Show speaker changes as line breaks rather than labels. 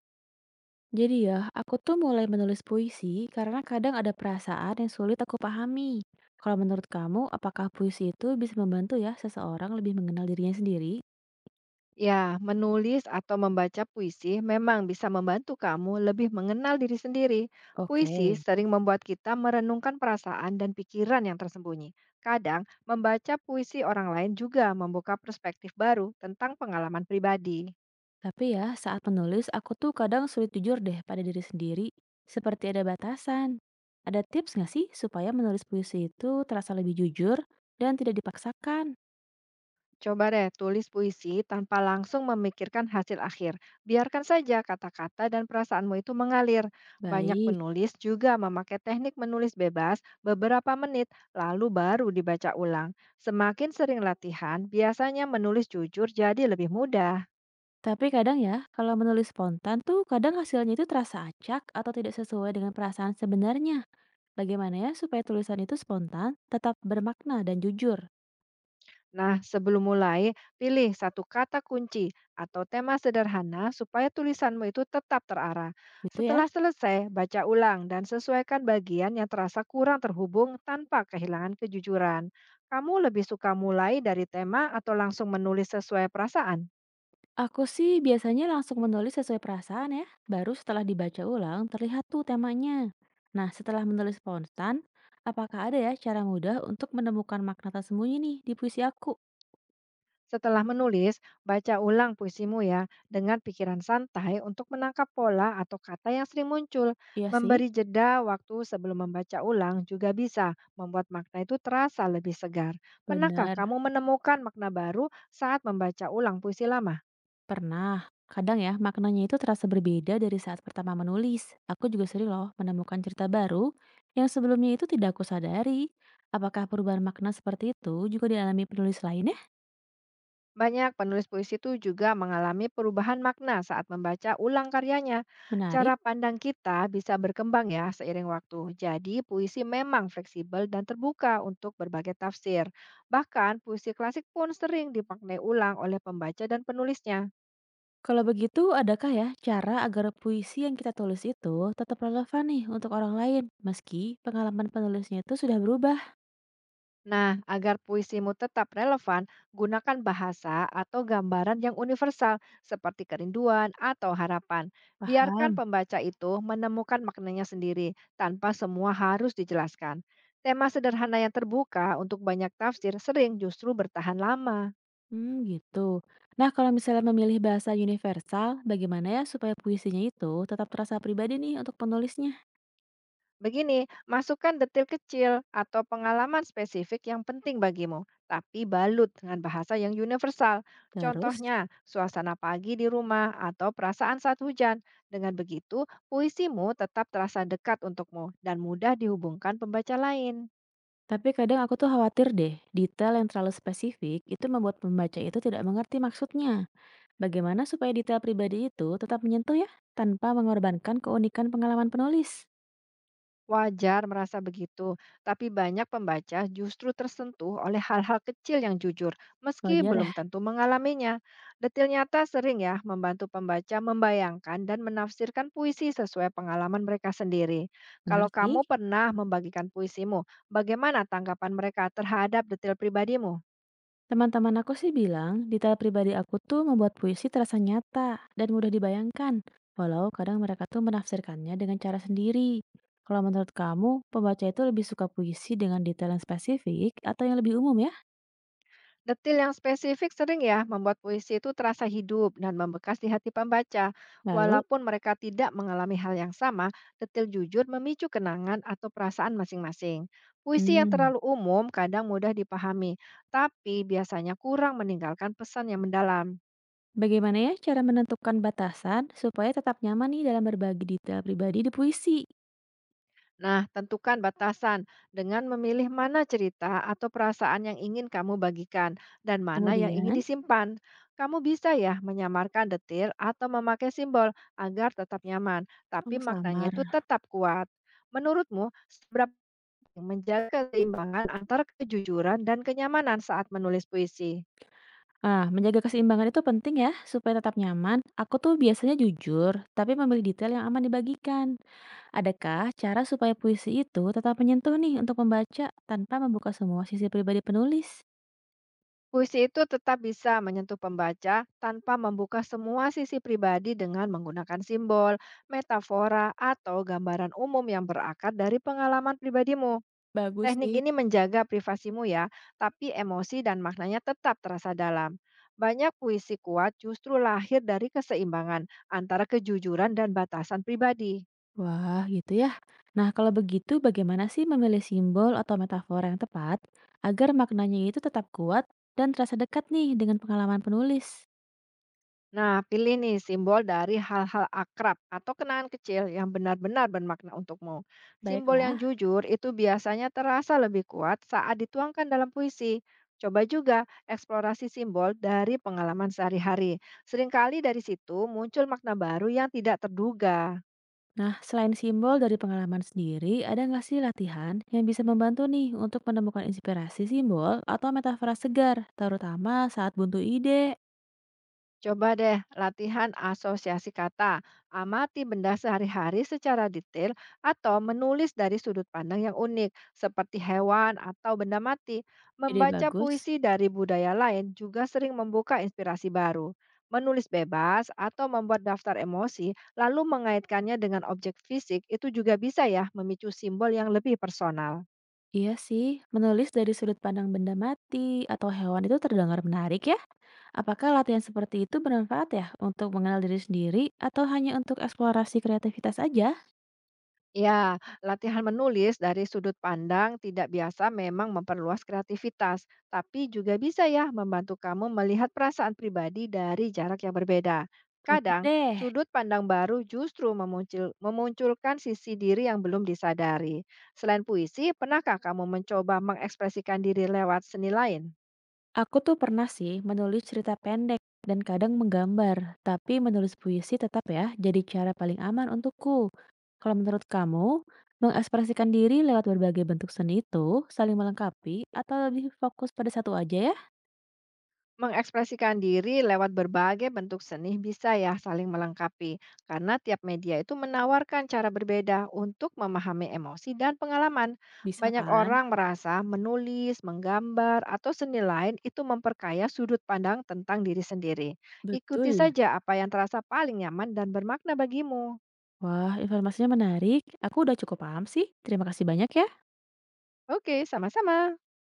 Jadi ya, aku tuh mulai menulis puisi karena kadang ada perasaan yang sulit aku pahami. Kalau menurut kamu, apakah puisi itu bisa membantu ya seseorang lebih mengenal dirinya sendiri?
Ya, menulis atau membaca puisi memang bisa membantu kamu lebih mengenal diri sendiri.
Oke.
Puisi sering membuat kita merenungkan perasaan dan pikiran yang tersembunyi. Kadang, membaca puisi orang lain juga membuka perspektif baru tentang pengalaman pribadi.
Tapi ya, saat menulis aku tuh kadang sulit jujur deh pada diri sendiri, seperti ada batasan. Ada tips nggak sih supaya menulis puisi itu terasa lebih jujur dan tidak dipaksakan?
Coba deh tulis puisi tanpa langsung memikirkan hasil akhir. Biarkan saja kata-kata dan perasaanmu itu mengalir. Banyak
Baik,
penulis juga memakai teknik menulis bebas beberapa menit, lalu baru dibaca ulang. Semakin sering latihan, biasanya menulis jujur jadi lebih mudah.
tapi kadang ya, kalau menulis spontan tuh kadang hasilnya itu terasa acak atau tidak sesuai dengan perasaan sebenarnya. Bagaimana ya supaya tulisan itu spontan, tetap bermakna dan jujur,
Nah, sebelum mulai, pilih satu kata kunci atau tema sederhana supaya tulisanmu itu tetap terarah.
gitu ya?
Setelah selesai, baca ulang dan sesuaikan bagian yang terasa kurang terhubung tanpa kehilangan kejujuran. Kamu lebih suka mulai dari tema atau langsung menulis sesuai perasaan?
Aku sih biasanya langsung menulis sesuai perasaan ya, baru setelah dibaca ulang terlihat tuh temanya. Nah, setelah menulis spontan, apakah ada ya cara mudah untuk menemukan makna tersembunyi nih di puisi aku?
Setelah menulis, baca ulang puisimu ya dengan pikiran santai untuk menangkap pola atau kata yang sering muncul.
Iya sih,
Memberi jeda waktu sebelum membaca ulang juga bisa membuat makna itu terasa lebih segar. Pernahkah kamu
benar.
menemukan makna baru saat membaca ulang puisi lama?
Pernah. Kadang ya, maknanya itu terasa berbeda dari saat pertama menulis. Aku juga sering loh menemukan cerita baru yang sebelumnya itu tidak aku sadari. Apakah perubahan makna seperti itu juga dialami penulis lainnya?
Banyak penulis puisi itu juga mengalami perubahan makna saat membaca ulang karyanya. Cara
Menarik.
pandang kita bisa berkembang ya seiring waktu. Jadi puisi memang fleksibel dan terbuka untuk berbagai tafsir. Bahkan puisi klasik pun sering dipakai ulang oleh pembaca dan penulisnya.
Kalau begitu, adakah ya cara agar puisi yang kita tulis itu tetap relevan nih untuk orang lain, meski pengalaman penulisnya itu sudah berubah?
Nah, agar puisimu tetap relevan, gunakan bahasa atau gambaran yang universal seperti kerinduan atau harapan. Biarkan
Paham?
pembaca itu menemukan maknanya sendiri tanpa semua harus dijelaskan. Tema sederhana yang terbuka untuk banyak tafsir sering justru bertahan lama.
Hmm, gitu. Nah, kalau misalnya memilih bahasa universal, bagaimana ya supaya puisinya itu tetap terasa pribadi nih untuk penulisnya?
Begini, masukkan detail kecil atau pengalaman spesifik yang penting bagimu, tapi balut dengan bahasa yang universal.
Terus?
Contohnya, suasana pagi di rumah atau perasaan saat hujan. Dengan begitu, puisimu tetap terasa dekat untukmu dan mudah dihubungkan pembaca lain.
Tapi kadang aku tuh khawatir deh, detail yang terlalu spesifik itu membuat pembaca itu tidak mengerti maksudnya. Bagaimana supaya detail pribadi itu tetap menyentuh ya, tanpa mengorbankan keunikan pengalaman penulis?
Wajar merasa begitu, tapi banyak pembaca justru tersentuh oleh hal-hal kecil yang jujur, meski
Wajar
belum
ya,
tentu mengalaminya. Detil nyata sering ya membantu pembaca membayangkan dan menafsirkan puisi sesuai pengalaman mereka sendiri.
bener
Kalau kamu
sih.
pernah membagikan puisimu, bagaimana tanggapan mereka terhadap detil pribadimu?
Teman-teman aku sih bilang, detail pribadi aku tuh membuat puisi terasa nyata dan mudah dibayangkan. Walau kadang mereka tuh menafsirkannya dengan cara sendiri. Kalau menurut kamu, pembaca itu lebih suka puisi dengan detail yang spesifik atau yang lebih umum ya?
Detil yang spesifik sering ya membuat puisi itu terasa hidup dan membekas di hati pembaca.
Lalu,
Walaupun mereka tidak mengalami hal yang sama, detil jujur memicu kenangan atau perasaan masing-masing. Puisi yang
hmm,
terlalu umum kadang mudah dipahami, tapi biasanya kurang meninggalkan pesan yang mendalam.
bagaimana ya cara menentukan batasan supaya tetap nyaman nih dalam berbagi detail pribadi di puisi?
Nah, tentukan batasan dengan memilih mana cerita atau perasaan yang ingin kamu bagikan dan mana yang ingin
Kemudian,
disimpan. Kamu bisa ya menyamarkan detil atau memakai simbol agar tetap nyaman, tapi
oh,
maknanya
samar.
itu tetap kuat. Menurutmu, seberapa penting menjaga keseimbangan antara kejujuran dan kenyamanan saat menulis puisi?
Ah, menjaga keseimbangan itu penting ya supaya tetap nyaman. Aku tuh biasanya jujur, tapi memilih detail yang aman dibagikan. Adakah cara supaya puisi itu tetap menyentuh nih untuk pembaca tanpa membuka semua sisi pribadi penulis?
Puisi itu tetap bisa menyentuh pembaca tanpa membuka semua sisi pribadi dengan menggunakan simbol, metafora, atau gambaran umum yang berakar dari pengalaman pribadimu.
Bagus
Teknik
sih.
ini menjaga privasimu ya, tapi emosi dan maknanya tetap terasa dalam. Banyak puisi kuat justru lahir dari keseimbangan antara kejujuran dan batasan pribadi.
Wah, gitu ya. Nah, kalau begitu bagaimana sih memilih simbol atau metafora yang tepat agar maknanya itu tetap kuat dan terasa dekat nih dengan pengalaman penulis?
Nah, pilih nih simbol dari hal-hal akrab atau kenangan kecil yang benar-benar bermakna untukmu. Simbol yang
Baiklah,
jujur itu biasanya terasa lebih kuat saat dituangkan dalam puisi. Coba juga eksplorasi simbol dari pengalaman sehari-hari. Seringkali dari situ muncul makna baru yang tidak terduga.
nah, selain simbol dari pengalaman sendiri, ada nggak sih latihan yang bisa membantu nih untuk menemukan inspirasi simbol atau metafora segar, terutama saat buntu ide?
Coba deh latihan asosiasi kata, amati benda sehari-hari secara detail atau menulis dari sudut pandang yang unik seperti hewan atau benda mati.
Ide
Membaca
bagus.
puisi dari budaya lain juga sering membuka inspirasi baru. Menulis bebas atau membuat daftar emosi lalu mengaitkannya dengan objek fisik itu juga bisa ya memicu simbol yang lebih personal.
Iya sih, menulis dari sudut pandang benda mati atau hewan itu terdengar menarik ya. Apakah latihan seperti itu bermanfaat ya untuk mengenal diri sendiri atau hanya untuk eksplorasi kreativitas aja?
Ya, latihan menulis dari sudut pandang tidak biasa memang memperluas kreativitas, tapi juga bisa ya membantu kamu melihat perasaan pribadi dari jarak yang berbeda.
Cocok
Kadang,
deh.
sudut pandang baru justru memunculkan sisi diri yang belum disadari. Selain puisi, pernahkah kamu mencoba mengekspresikan diri lewat seni lain?
Aku tuh pernah sih menulis cerita pendek dan kadang menggambar, tapi menulis puisi tetap ya jadi cara paling aman untukku. Kalau menurut kamu, mengekspresikan diri lewat berbagai bentuk seni itu saling melengkapi atau lebih fokus pada satu aja ya?
Mengekspresikan diri lewat berbagai bentuk seni bisa ya saling melengkapi, karena tiap media itu menawarkan cara berbeda untuk memahami emosi dan pengalaman.
Bisa
Banyak
kan?
orang merasa menulis, menggambar, atau seni lain itu memperkaya sudut pandang tentang diri sendiri. Ikuti
Betul.
saja apa yang terasa paling nyaman dan bermakna bagimu.
Wah, informasinya menarik. Aku udah cukup paham sih. Terima kasih banyak ya.
Oke, sama-sama.